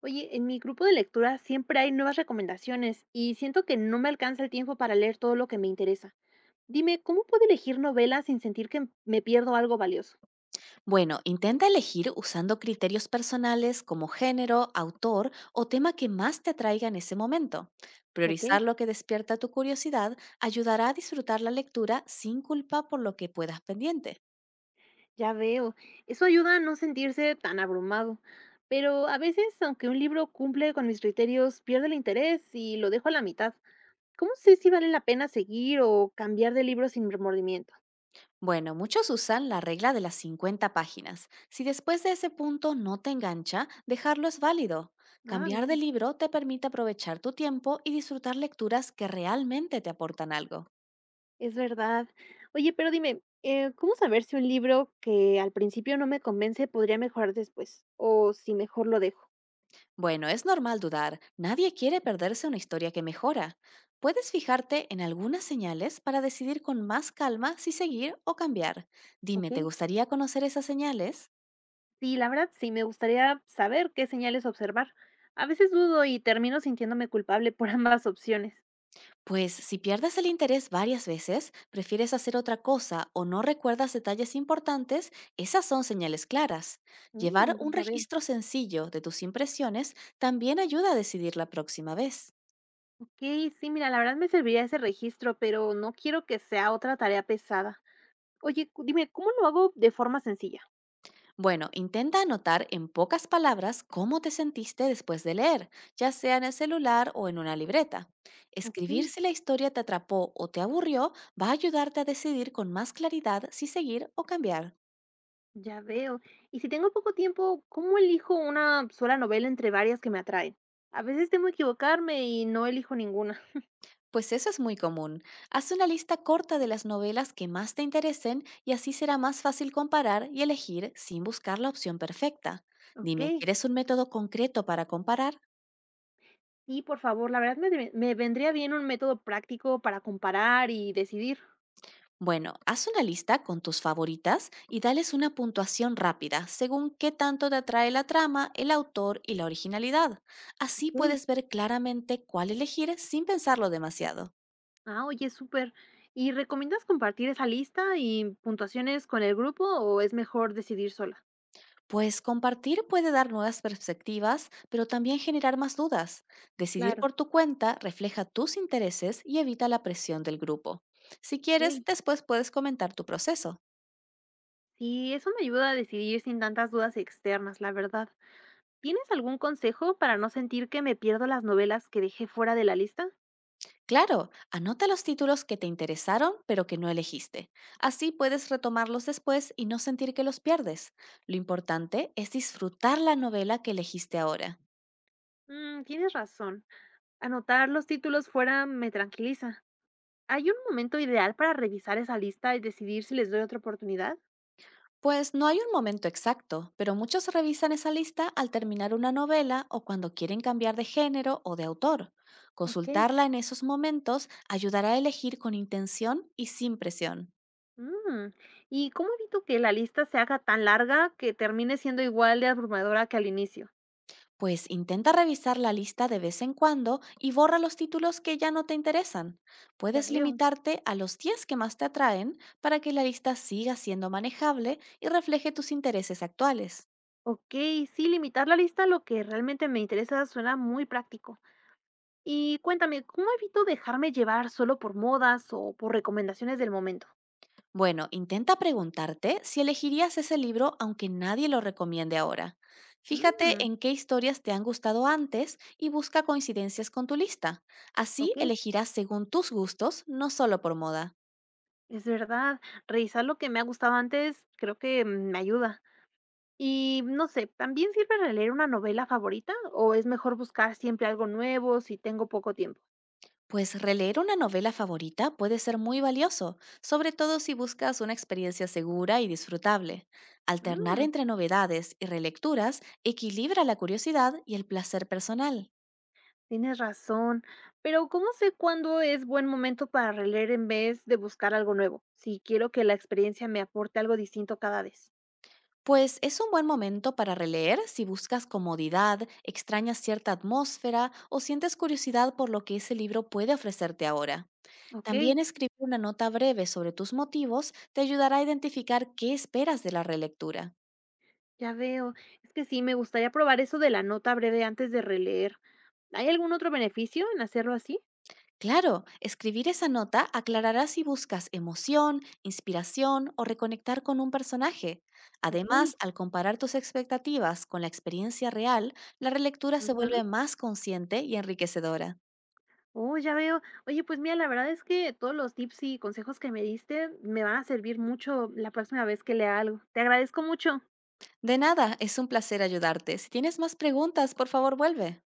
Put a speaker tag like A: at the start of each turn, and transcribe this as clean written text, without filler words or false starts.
A: Oye, en mi grupo de lectura siempre hay nuevas recomendaciones y siento que no me alcanza el tiempo para leer todo lo que me interesa. Dime, ¿cómo puedo elegir novelas sin sentir que me pierdo algo valioso?
B: Bueno, intenta elegir usando criterios personales como género, autor o tema que más te atraiga en ese momento.
A: Ok,
B: Priorizar lo que despierta tu curiosidad ayudará a disfrutar la lectura sin culpa por lo que puedas pendiente.
A: ya veo. Eso ayuda a no sentirse tan abrumado. Pero a veces, aunque un libro cumple con mis criterios, pierdo el interés y lo dejo a la mitad. ¿Cómo sé si vale la pena seguir o cambiar de libro sin remordimiento?
B: Bueno, muchos usan la regla de las 50 páginas. Si después de ese punto no te engancha, dejarlo es válido.
A: Ah,
B: Cambiar de
A: bien.
B: libro te permite aprovechar tu tiempo y disfrutar lecturas que realmente te aportan algo.
A: Es verdad. Oye, pero dime, ¿cómo saber si un libro que al principio no me convence podría mejorar después? O si mejor lo dejo.
B: Bueno, es normal dudar. Nadie quiere perderse una historia que mejora. Puedes fijarte en algunas señales para decidir con más calma si seguir o cambiar. Dime,
A: ¿Ok?
B: ¿te gustaría conocer esas señales?
A: Sí, la verdad, sí, me gustaría saber qué señales observar. A veces dudo y termino sintiéndome culpable por ambas opciones.
B: Pues si pierdes el interés varias veces, prefieres hacer otra cosa o no recuerdas detalles importantes, esas son señales claras. Llevar
A: Mm,
B: un
A: ya veo.
B: registro sencillo de tus impresiones también ayuda a decidir la próxima vez.
A: Ok, sí, mira, la verdad me serviría ese registro, pero no quiero que sea otra tarea pesada. Oye, dime, ¿cómo lo hago de forma sencilla?
B: Bueno, intenta anotar en pocas palabras cómo te sentiste después de leer, ya sea en el celular o en una libreta.
A: Ok.
B: Escribir si la historia te atrapó o te aburrió va a ayudarte a decidir con más claridad si seguir o cambiar.
A: Ya veo. Y si tengo poco tiempo, ¿cómo elijo una sola novela entre varias que me atraen? A veces temo equivocarme y no elijo ninguna.
B: Pues eso es muy común. Haz una lista corta de las novelas que más te interesen y así será más fácil comparar y elegir sin buscar la opción perfecta.
A: Ok.
B: Dime, ¿quieres un método concreto para comparar?
A: Y por favor, la verdad me, me vendría bien un método práctico para comparar y decidir.
B: Bueno, haz una lista con tus favoritas y dales una puntuación rápida según qué tanto te atrae la trama, el autor y la originalidad. Así
A: Ok.
B: puedes ver claramente cuál elegir sin pensarlo demasiado.
A: Ah, oye, súper. ¿Y recomiendas compartir esa lista y puntuaciones con el grupo o es mejor decidir sola?
B: Pues compartir puede dar nuevas perspectivas, pero también generar más dudas. Decidir
A: Claro.
B: por tu cuenta refleja tus intereses y evita la presión del grupo. Si quieres,
A: Ok.
B: después puedes comentar tu proceso.
A: Sí, eso me ayuda a decidir sin tantas dudas externas, la verdad. ¿Tienes algún consejo para no sentir que me pierdo las novelas que dejé fuera de la lista?
B: Claro, anota los títulos que te interesaron pero que no elegiste. Así puedes retomarlos después y no sentir que los pierdes. Lo importante es disfrutar la novela que elegiste ahora.
A: Mm, tienes razón. Anotar los títulos fuera me tranquiliza. ¿Hay un momento ideal para revisar esa lista y decidir si les doy otra oportunidad?
B: Pues no hay un momento exacto, pero muchos revisan esa lista al terminar una novela o cuando quieren cambiar de género o de autor.
A: Ok.
B: Consultarla en esos momentos ayudará a elegir con intención y sin presión.
A: Mm. ¿Y cómo evito que la lista se haga tan larga que termine siendo igual de abrumadora que al inicio?
B: Pues intenta revisar la lista de vez en cuando y borra los títulos que ya no te interesan.
A: Ya
B: Puedes
A: veo.
B: limitarte a los 10 que más te atraen para que la lista siga siendo manejable y refleje tus intereses actuales.
A: Ok, sí, limitar la lista a lo que realmente me interesa suena muy práctico. Y cuéntame, ¿cómo evito dejarme llevar solo por modas o por recomendaciones del momento?
B: Bueno, intenta preguntarte si elegirías ese libro aunque nadie lo recomiende ahora. Fíjate
A: Mm,
B: en qué historias te han gustado antes y busca coincidencias con tu lista. Así
A: ok,
B: elegirás según tus gustos, no solo por moda.
A: es verdad. Revisar lo que me ha gustado antes creo que me ayuda. Y no sé, ¿también sirve releer una novela favorita o es mejor buscar siempre algo nuevo si tengo poco tiempo?
B: Pues releer una novela favorita puede ser muy valioso, sobre todo si buscas una experiencia segura y disfrutable. Alternar
A: Mm,
B: entre novedades y relecturas equilibra la curiosidad y el placer personal.
A: tienes razón, pero ¿cómo sé cuándo es buen momento para releer en vez de buscar algo nuevo? Si quiero que la experiencia me aporte algo distinto cada vez.
B: Pues es un buen momento para releer si buscas comodidad, extrañas cierta atmósfera o sientes curiosidad por lo que ese libro puede ofrecerte ahora.
A: Ok,
B: También escribir una nota breve sobre tus motivos te ayudará a identificar qué esperas de la relectura.
A: ya veo. Es que sí, me gustaría probar eso de la nota breve antes de releer. ¿Hay algún otro beneficio en hacerlo así?
B: Claro, escribir esa nota aclarará si buscas emoción, inspiración o reconectar con un personaje.
A: Ok.
B: Además, al comparar tus expectativas con la experiencia real, la relectura se
A: Ujú.
B: vuelve más consciente y enriquecedora.
A: Oh, ya veo. Oye, pues mira, la verdad es que todos los tips y consejos que me diste me van a servir mucho la próxima vez que lea algo. Te agradezco mucho.
B: De nada, es un placer ayudarte. Si tienes más preguntas, por favor vuelve.